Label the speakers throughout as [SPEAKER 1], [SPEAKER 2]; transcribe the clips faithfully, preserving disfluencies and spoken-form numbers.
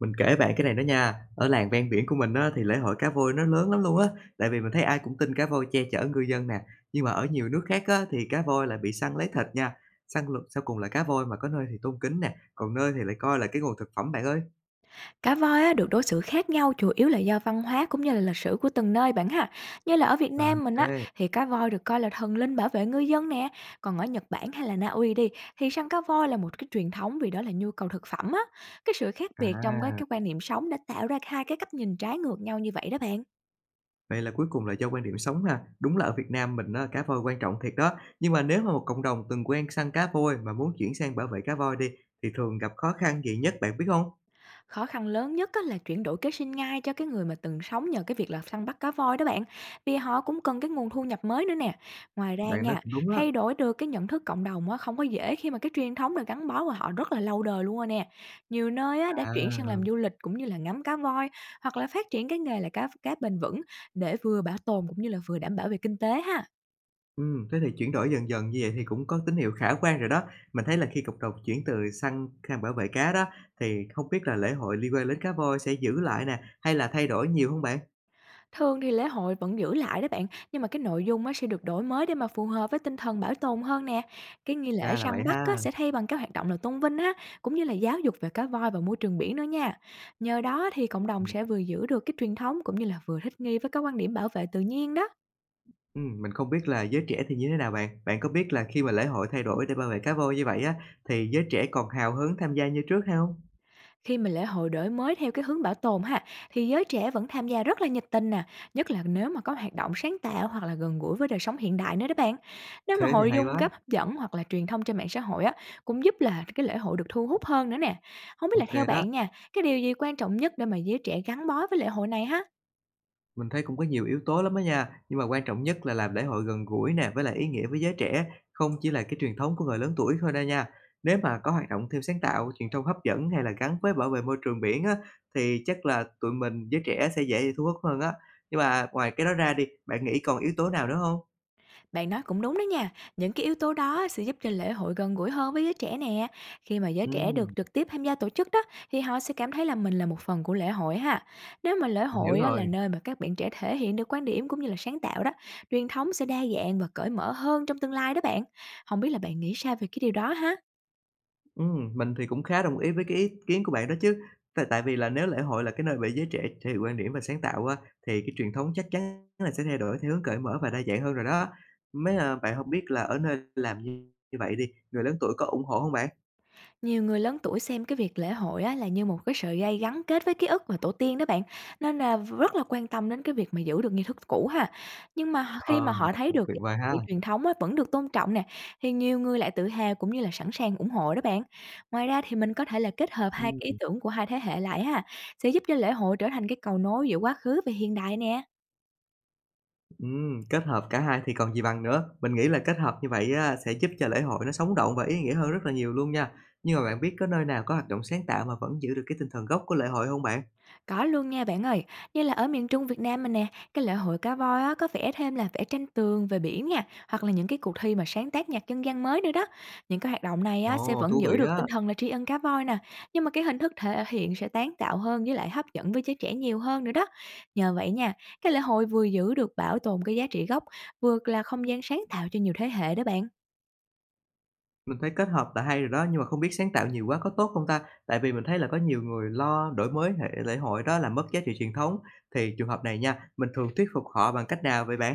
[SPEAKER 1] Mình kể bạn cái này đó nha, ở làng ven biển của mình á, thì lễ hội cá voi nó lớn lắm luôn á, tại vì mình thấy ai cũng tin cá voi che chở ngư dân nè. Nhưng mà ở nhiều nước khác á, thì cá voi lại bị săn lấy thịt nha, săn lục sau cùng là cá voi mà có nơi thì tôn kính nè, còn nơi thì lại coi là cái nguồn thực phẩm bạn ơi.
[SPEAKER 2] Cá voi á, được đối xử khác nhau chủ yếu là do văn hóa cũng như là lịch sử của từng nơi bạn ha. Như là ở Việt
[SPEAKER 1] À,
[SPEAKER 2] Nam mình
[SPEAKER 1] ô
[SPEAKER 2] á thì cá voi được coi là thần linh bảo vệ ngư dân nè. Còn ở Nhật Bản hay là Na Uy đi thì săn cá voi là một cái truyền thống vì đó là nhu cầu thực phẩm á. Cái sự khác biệt trong cái,
[SPEAKER 1] à,
[SPEAKER 2] cái quan niệm sống đã tạo ra hai cái cách nhìn trái ngược nhau như vậy đó bạn.
[SPEAKER 1] vậy là cuối cùng là do quan điểm sống ha. Đúng là ở Việt Nam mình á, cá voi quan trọng thiệt đó, nhưng mà nếu mà một cộng đồng từng quen săn cá voi mà muốn chuyển sang bảo vệ cá voi đi, thì thường gặp khó khăn gì nhất bạn biết không?
[SPEAKER 2] Khó khăn lớn nhất á là chuyển đổi kế sinh nhai cho cái người mà từng sống nhờ cái việc là săn bắt cá voi đó bạn, vì họ cũng cần cái nguồn thu nhập mới nữa nè. Ngoài ra
[SPEAKER 1] Bạn nói
[SPEAKER 2] nha,
[SPEAKER 1] cũng đúng á,
[SPEAKER 2] thay đổi được cái nhận thức cộng đồng á không có dễ khi mà cái truyền thống được gắn bó của họ rất là lâu đời luôn rồi nè. Nhiều nơi á đã chuyển sang
[SPEAKER 1] à.
[SPEAKER 2] làm du lịch cũng như là ngắm cá voi, hoặc là phát triển cái nghề là cá cá bền vững để vừa bảo tồn cũng như là vừa đảm bảo về kinh tế ha.
[SPEAKER 1] Ừm, thế thì chuyển đổi dần dần như vậy thì cũng có tín hiệu khả quan rồi đó. Mình thấy là khi cộng đồng chuyển từ săn sang bảo vệ cá đó, thì không biết là lễ hội liên quan đến cá voi sẽ giữ lại nè, hay là thay đổi nhiều hông bạn?
[SPEAKER 2] Thường thì lễ hội vẫn giữ lại đó bạn, nhưng mà cái nội dung á sẽ được đổi mới để mà phù hợp với tinh thần bảo tồn hơn nè. Cái nghi lễ
[SPEAKER 1] Ra là
[SPEAKER 2] săn
[SPEAKER 1] vậy
[SPEAKER 2] bắt á
[SPEAKER 1] ha.
[SPEAKER 2] sẽ thay bằng các hoạt động là tôn vinh á, cũng như là giáo dục về cá voi và môi trường biển nữa nha. Nhờ đó thì cộng đồng
[SPEAKER 1] Ừm,
[SPEAKER 2] sẽ vừa giữ được cái truyền thống cũng như là vừa thích nghi với các quan điểm bảo vệ tự nhiên đó.
[SPEAKER 1] ừm, mình không biết là giới trẻ thì như thế nào bạn? Bạn có biết là khi mà lễ hội thay đổi để bảo vệ cá voi như vậy á, thì giới trẻ còn hào hứng tham gia như trước hay hông?
[SPEAKER 2] Khi mà lễ hội đổi mới theo cái hướng bảo tồn ha, thì giới trẻ vẫn tham gia rất là nhiệt tình nè, nhất là nếu mà có hoạt động sáng tạo hoặc là gần gũi với đời sống hiện đại nữa đó bạn. Nếu mà
[SPEAKER 1] Thế thì
[SPEAKER 2] nội
[SPEAKER 1] hay
[SPEAKER 2] dung
[SPEAKER 1] quá,
[SPEAKER 2] gấp hấp dẫn hoặc là truyền thông trên mạng xã hội á, cũng giúp là cái lễ hội được thu hút hơn nữa nè. Không biết
[SPEAKER 1] ô
[SPEAKER 2] là
[SPEAKER 1] kê
[SPEAKER 2] theo
[SPEAKER 1] đó.
[SPEAKER 2] bạn nha, cái điều gì quan trọng nhất để mà giới trẻ gắn bó với lễ hội này ha?
[SPEAKER 1] Mình thấy cũng có nhiều yếu tố lắm á nha, nhưng mà quan trọng nhất là làm lễ hội gần gũi nè, với lại ý nghĩa với giới trẻ, không chỉ là cái truyền thống của người lớn tuổi thôi đâu nha. Nếu mà có hoạt động thêm sáng tạo, truyền thông hấp dẫn hay là gắn với bảo vệ môi trường biển á, thì chắc là tụi mình giới trẻ sẽ dễ thu hút hơn á. Nhưng mà ngoài cái đó ra đi, bạn nghĩ còn yếu tố nào nữa không?
[SPEAKER 2] Bạn nói cũng đúng đó nha, những cái yếu tố đó sẽ giúp cho lễ hội gần gũi hơn với giới trẻ nè. Khi mà giới trẻ
[SPEAKER 1] Ừm,
[SPEAKER 2] được trực tiếp tham gia tổ chức đó, thì họ sẽ cảm thấy là mình là một phần của lễ hội ha. Nếu mà lễ
[SPEAKER 1] mình hiểu
[SPEAKER 2] hội á, là
[SPEAKER 1] rồi.
[SPEAKER 2] nơi mà các bạn trẻ thể hiện được quan điểm cũng như là sáng tạo đó, truyền thống sẽ đa dạng và cởi mở hơn trong tương lai đó bạn. Không biết là bạn nghĩ sao về cái điều đó ha?
[SPEAKER 1] Ừm, mình thì cũng khá đồng ý với cái ý kiến của bạn đó chứ. Tại tại vì là nếu lễ hội là cái nơi để giới trẻ thể hiện quan điểm và sáng tạo á, thì cái truyền thống chắc chắn là sẽ thay đổi theo hướng cởi mở và đa dạng hơn rồi đó. Mấy, à, bạn không biết là ở nơi làm như như vậy đi, người lớn tuổi có ủng hộ hông bạn?
[SPEAKER 2] Nhiều người lớn tuổi xem cái việc lễ hội á, là như một cái sợi dây gắn kết với ký ức và tổ tiên đó bạn, nên là rất là quan tâm đến cái việc mà giữ được nghi thức cũ ha. Nhưng mà khi mà
[SPEAKER 1] Ờ,
[SPEAKER 2] họ thấy được
[SPEAKER 1] tuyệt
[SPEAKER 2] cái
[SPEAKER 1] vời
[SPEAKER 2] giá
[SPEAKER 1] ha!
[SPEAKER 2] trị truyền thống á, vẫn được tôn trọng nè, thì nhiều người lại tự hào cũng như là sẵn sàng ủng hộ đó bạn. Ngoài ra thì mình có thể là kết hợp hai
[SPEAKER 1] Ừm,
[SPEAKER 2] cái ý tưởng của hai thế hệ lại ha, sẽ giúp cho lễ hội trở thành cái cầu nối giữa quá khứ và hiện đại nè.
[SPEAKER 1] ừm, kết hợp cả hai thì còn gì bằng nữa. Mình nghĩ là kết hợp như vậy á, sẽ giúp cho lễ hội nó sống động và ý nghĩa hơn rất là nhiều luôn nha. Nhưng mà bạn biết có nơi nào có hoạt động sáng tạo mà vẫn giữ được cái tinh thần gốc của lễ hội hông bạn?
[SPEAKER 2] Có luôn nha bạn ơi, như là ở miền Trung Việt Nam mình nè, cái lễ hội cá voi á, có vẽ thêm là vẽ tranh tường về biển nha, hoặc là những cái cuộc thi mà sáng tác nhạc dân gian mới nữa đó. Những cái hoạt động này á, sẽ
[SPEAKER 1] Ồ,
[SPEAKER 2] vẫn
[SPEAKER 1] thú
[SPEAKER 2] giữ
[SPEAKER 1] vị
[SPEAKER 2] được
[SPEAKER 1] á!
[SPEAKER 2] tinh thần là tri ân cá voi nè, nhưng mà cái hình thức thể hiện sẽ sáng tạo hơn với lại hấp dẫn với giới trẻ nhiều hơn nữa đó. Nhờ vậy nha, cái lễ hội vừa giữ được bảo tồn cái giá trị gốc, vừa là không gian sáng tạo cho nhiều thế hệ đó bạn.
[SPEAKER 1] Mình thấy kết hợp là hay rồi đó, nhưng mà không biết sáng tạo nhiều quá có tốt không ta? Tại vì mình thấy là có nhiều người lo đổi mới hệ lễ hội đó làm mất giá trị truyền thống. Thì trường hợp này nha, mình thường thuyết phục họ bằng cách nào vậy bạn?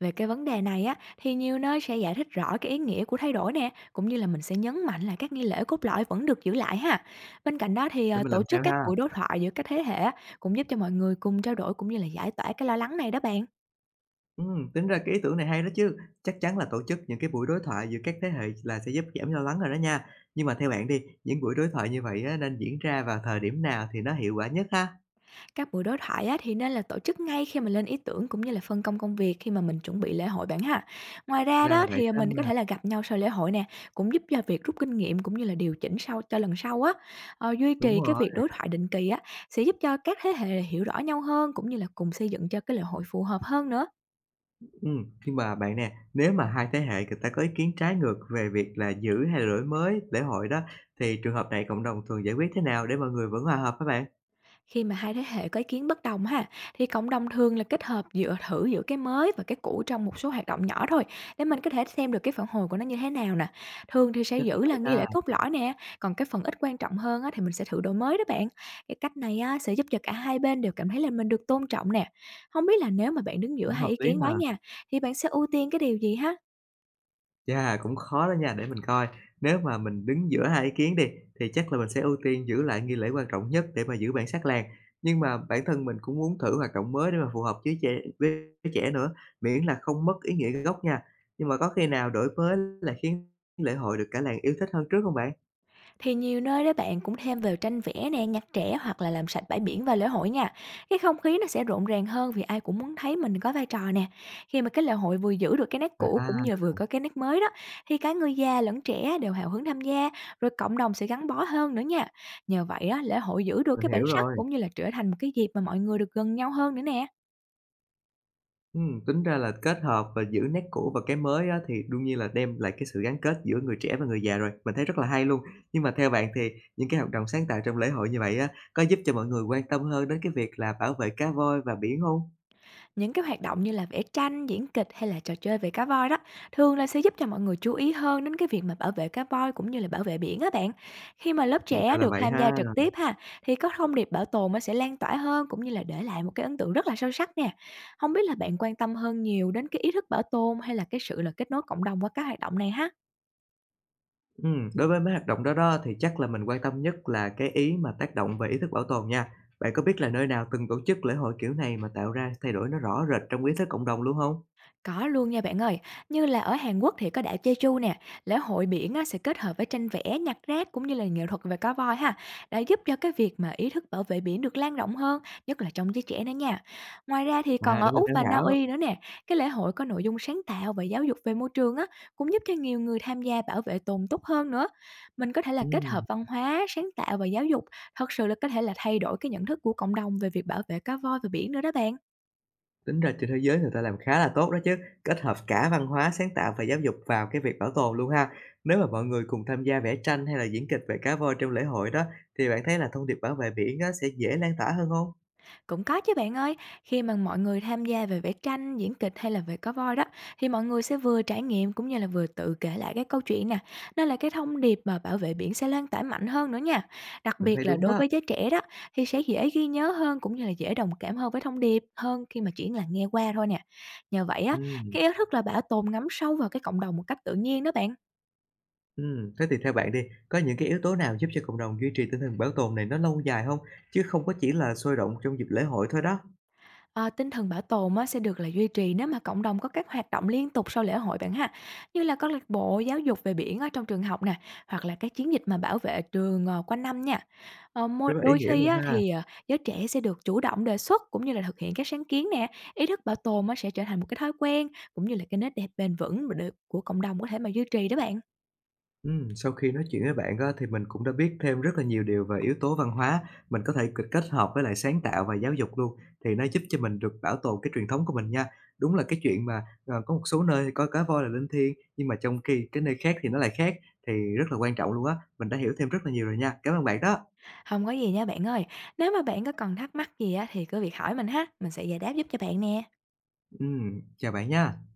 [SPEAKER 2] Về cái vấn đề này á, thì nhiều nơi sẽ giải thích rõ cái ý nghĩa của thay đổi nè, cũng như là mình sẽ nhấn mạnh là các nghi lễ cốt lõi vẫn được giữ lại ha. Bên cạnh đó thì
[SPEAKER 1] Để
[SPEAKER 2] à,
[SPEAKER 1] mình
[SPEAKER 2] tổ
[SPEAKER 1] làm
[SPEAKER 2] chức
[SPEAKER 1] theo
[SPEAKER 2] các
[SPEAKER 1] ha.
[SPEAKER 2] buổi đối thoại giữa các thế hệ á, cũng giúp cho mọi người cùng trao đổi cũng như là giải tỏa cái lo lắng này đó bạn.
[SPEAKER 1] Ừm, tính ra cái ý tưởng này hay đó chứ. Chắc chắn là tổ chức những cái buổi đối thoại giữa các thế hệ là sẽ giúp giảm lo lắng rồi đó nha. Nhưng mà theo bạn đi, những buổi đối thoại như vậy á, nên diễn ra vào thời điểm nào thì nó hiệu quả nhất ha?
[SPEAKER 2] Các buổi đối thoại á, thì nên là tổ chức ngay khi mà lên ý tưởng cũng như là phân công công việc khi mà mình chuẩn bị lễ hội bạn ha. Ngoài ra
[SPEAKER 1] Ra là
[SPEAKER 2] đó
[SPEAKER 1] vậy
[SPEAKER 2] thì mình có
[SPEAKER 1] ha.
[SPEAKER 2] thể là gặp nhau sau lễ hội nè, cũng giúp cho việc rút kinh nghiệm cũng như là điều chỉnh sau cho lần sau á. Ờ, duy
[SPEAKER 1] Đúng
[SPEAKER 2] trì cái
[SPEAKER 1] rồi.
[SPEAKER 2] việc đối thoại định kỳ á sẽ giúp cho các thế hệ hiểu rõ nhau hơn cũng như là cùng xây dựng cho cái lễ hội phù hợp hơn nữa.
[SPEAKER 1] Ừm, nhưng mà bạn nè, nếu mà hai thế hệ người ta có ý kiến trái ngược về việc là giữ hay là đổi mới lễ hội đó, thì trường hợp này cộng đồng thường giải quyết thế nào để mọi người vẫn hòa hợp các bạn?
[SPEAKER 2] Khi mà hai thế hệ có ý kiến bất đồng ha, thì cộng đồng thường là kết hợp giữa thử giữa cái mới và cái cũ trong một số hoạt động nhỏ thôi, để mình có thể xem được cái phản hồi của nó như thế nào nè. Thường thì sẽ
[SPEAKER 1] Chắc là
[SPEAKER 2] giữ là
[SPEAKER 1] vậy
[SPEAKER 2] nghi
[SPEAKER 1] ha,
[SPEAKER 2] lễ cốt lõi nè, còn cái phần ít quan trọng hơn á, thì mình sẽ thử đổi mới đó bạn. Cái cách này á, sẽ giúp cho cả hai bên đều cảm thấy là mình được tôn trọng nè. Không biết là nếu mà bạn đứng giữa
[SPEAKER 1] cũng
[SPEAKER 2] hai
[SPEAKER 1] hợp
[SPEAKER 2] ý
[SPEAKER 1] lý
[SPEAKER 2] kiến đó
[SPEAKER 1] mà.
[SPEAKER 2] nha, thì bạn sẽ ưu tiên cái điều gì ha?
[SPEAKER 1] Chà, cũng khó đó nha, để mình coi. Nếu mà mình đứng giữa hai ý kiến đi, thì chắc là mình sẽ ưu tiên giữ lại nghi lễ quan trọng nhất để mà giữ bản sắc làng. Nhưng mà bản thân mình cũng muốn thử hoạt động mới để mà phù hợp với trẻ với trẻ nữa, miễn là không mất ý nghĩa gốc nha. Nhưng mà có khi nào đổi mới là khiến lễ hội được cả làng yêu thích hơn trước không bạn?
[SPEAKER 2] Thì nhiều nơi đó bạn cũng thêm vào tranh vẽ nè, nhạc trẻ hoặc là làm sạch bãi biển và lễ hội nha. Cái không khí nó sẽ rộn ràng hơn vì ai cũng muốn thấy mình có vai trò nè. Khi mà cái lễ hội vừa giữ được cái nét cũ cũng
[SPEAKER 1] À,
[SPEAKER 2] như vừa có cái nét mới đó, thì cả người già lẫn trẻ đều hào hứng tham gia, rồi cộng đồng sẽ gắn bó hơn nữa nha. Nhờ vậy á, lễ hội giữ được
[SPEAKER 1] mình
[SPEAKER 2] cái bản
[SPEAKER 1] hiểu
[SPEAKER 2] sắc
[SPEAKER 1] rồi.
[SPEAKER 2] cũng như là trở thành một cái dịp mà mọi người được gần nhau hơn nữa nè.
[SPEAKER 1] Ừm, tính ra là kết hợp và giữ nét cũ và cái mới á, thì đương nhiên là đem lại cái sự gắn kết giữa người trẻ và người già rồi, mình thấy rất là hay luôn. Nhưng mà theo bạn thì những cái hoạt động sáng tạo trong lễ hội như vậy á, có giúp cho mọi người quan tâm hơn đến cái việc là bảo vệ cá voi và biển không?
[SPEAKER 2] Những cái hoạt động như là vẽ tranh, diễn kịch hay là trò chơi về cá voi đó, thường là sẽ giúp cho mọi người chú ý hơn đến cái việc mà bảo vệ cá voi cũng như là bảo vệ biển á bạn. Khi mà lớp
[SPEAKER 1] Thì
[SPEAKER 2] trẻ
[SPEAKER 1] ra là
[SPEAKER 2] được
[SPEAKER 1] vậy
[SPEAKER 2] tham
[SPEAKER 1] ha.
[SPEAKER 2] gia trực tiếp ha, thì có thông điệp bảo tồn nó sẽ lan tỏa hơn cũng như là để lại một cái ấn tượng rất là sâu sắc nè. Không biết là bạn quan tâm hơn nhiều đến cái ý thức bảo tồn, hay là cái sự là kết nối cộng đồng qua các hoạt động này ha?
[SPEAKER 1] Ừm, đối với mấy hoạt động đó đó thì chắc là mình quan tâm nhất là cái ý mà tác động về ý thức bảo tồn nha. Bạn có biết là nơi nào từng tổ chức lễ hội kiểu này mà tạo ra thay đổi nó rõ rệt trong ý thức cộng đồng luôn không?
[SPEAKER 2] Có luôn nha bạn ơi, như là ở Hàn Quốc thì có đảo Jeju nè, lễ hội biển á, sẽ kết hợp với tranh vẽ, nhặt rác cũng như là nghệ thuật về cá voi ha, đã giúp cho cái việc mà ý thức bảo vệ biển được lan rộng hơn, nhất là trong giới trẻ nữa nha. Ngoài ra thì còn
[SPEAKER 1] À,
[SPEAKER 2] ở
[SPEAKER 1] để mình
[SPEAKER 2] Úc
[SPEAKER 1] tham
[SPEAKER 2] và Na
[SPEAKER 1] khảo.
[SPEAKER 2] Uy nữa nè, cái lễ hội có nội dung sáng tạo và giáo dục về môi trường á, cũng giúp cho nhiều người tham gia bảo vệ tồn tốt hơn nữa. Mình có thể là kết hợp
[SPEAKER 1] Ừm.
[SPEAKER 2] văn hóa, sáng tạo và giáo dục, thật sự là có thể là thay đổi cái nhận thức của cộng đồng về việc bảo vệ cá voi và biển nữa đó bạn.
[SPEAKER 1] Tính ra trên thế giới người ta làm khá là tốt đó chứ, kết hợp cả văn hóa, sáng tạo và giáo dục vào cái việc bảo tồn luôn ha. Nếu mà mọi người cùng tham gia vẽ tranh hay là diễn kịch về cá voi trong lễ hội đó, thì bạn thấy là thông điệp bảo vệ biển á sẽ dễ lan tỏa hơn không?
[SPEAKER 2] Cũng có chứ bạn ơi, khi mà mọi người tham gia về vẽ tranh, diễn kịch hay là về có voi đó, thì mọi người sẽ vừa trải nghiệm cũng như là vừa tự kể lại cái câu chuyện nè, nên là cái thông điệp mà bảo vệ biển sẽ lan tỏa mạnh hơn nữa nha. Đặc
[SPEAKER 1] Mình thấy
[SPEAKER 2] biệt là
[SPEAKER 1] đúng
[SPEAKER 2] đối
[SPEAKER 1] đó.
[SPEAKER 2] với giới trẻ đó, thì sẽ dễ ghi nhớ hơn cũng như là dễ đồng cảm hơn với thông điệp hơn khi mà chỉ là nghe qua thôi nè. Nhờ vậy á,
[SPEAKER 1] Ừm,
[SPEAKER 2] cái ý thức là bảo tồn ngấm sâu vào cái cộng đồng một cách tự nhiên đó bạn.
[SPEAKER 1] ừm, thế thì theo bạn đi, có những cái yếu tố nào giúp cho cộng đồng duy trì tinh thần bảo tồn này nó lâu dài không? Chứ không có chỉ là sôi động trong dịp lễ hội thôi đó.
[SPEAKER 2] Ờ, Tinh thần bảo tồn á, sẽ được là duy trì nếu mà cộng đồng có các hoạt động liên tục sau lễ hội bạn ha, như là câu lạc bộ giáo dục về biển ở trong trường học nè, hoặc là các chiến dịch mà bảo vệ trường ờ, quanh năm nha. Ờ, môi-
[SPEAKER 1] Rất là ý
[SPEAKER 2] đôi
[SPEAKER 1] nghĩa
[SPEAKER 2] khi
[SPEAKER 1] luôn
[SPEAKER 2] á,
[SPEAKER 1] ha.
[SPEAKER 2] thì ờ, giới trẻ sẽ được chủ động đề xuất cũng như là thực hiện các sáng kiến nè, ý thức bảo tồn á, sẽ trở thành một cái thói quen cũng như là cái nét đẹp bền vững mà được- của cộng đồng có thể mà duy trì đó bạn.
[SPEAKER 1] Ừm, sau khi nói chuyện với bạn á, thì mình cũng đã biết thêm rất là nhiều điều về yếu tố văn hóa, mình có thể c kết hợp với lại sáng tạo và giáo dục luôn, thì nó giúp cho mình được bảo tồn cái truyền thống của mình nha. Đúng là cái chuyện mà, ờ, có một số nơi thì coi cá voi là linh thiêng, nhưng mà trong khi cái nơi khác thì nó lại khác, thì rất là quan trọng luôn á. Mình đã hiểu thêm rất là nhiều rồi nha. Cảm ơn bạn đó.
[SPEAKER 2] Không có gì nha bạn ơi, nếu mà bạn có còn thắc mắc gì á, thì cứ việc hỏi mình ha, mình sẽ giải đáp giúp cho bạn nè.
[SPEAKER 1] Ừm, chào bạn nha.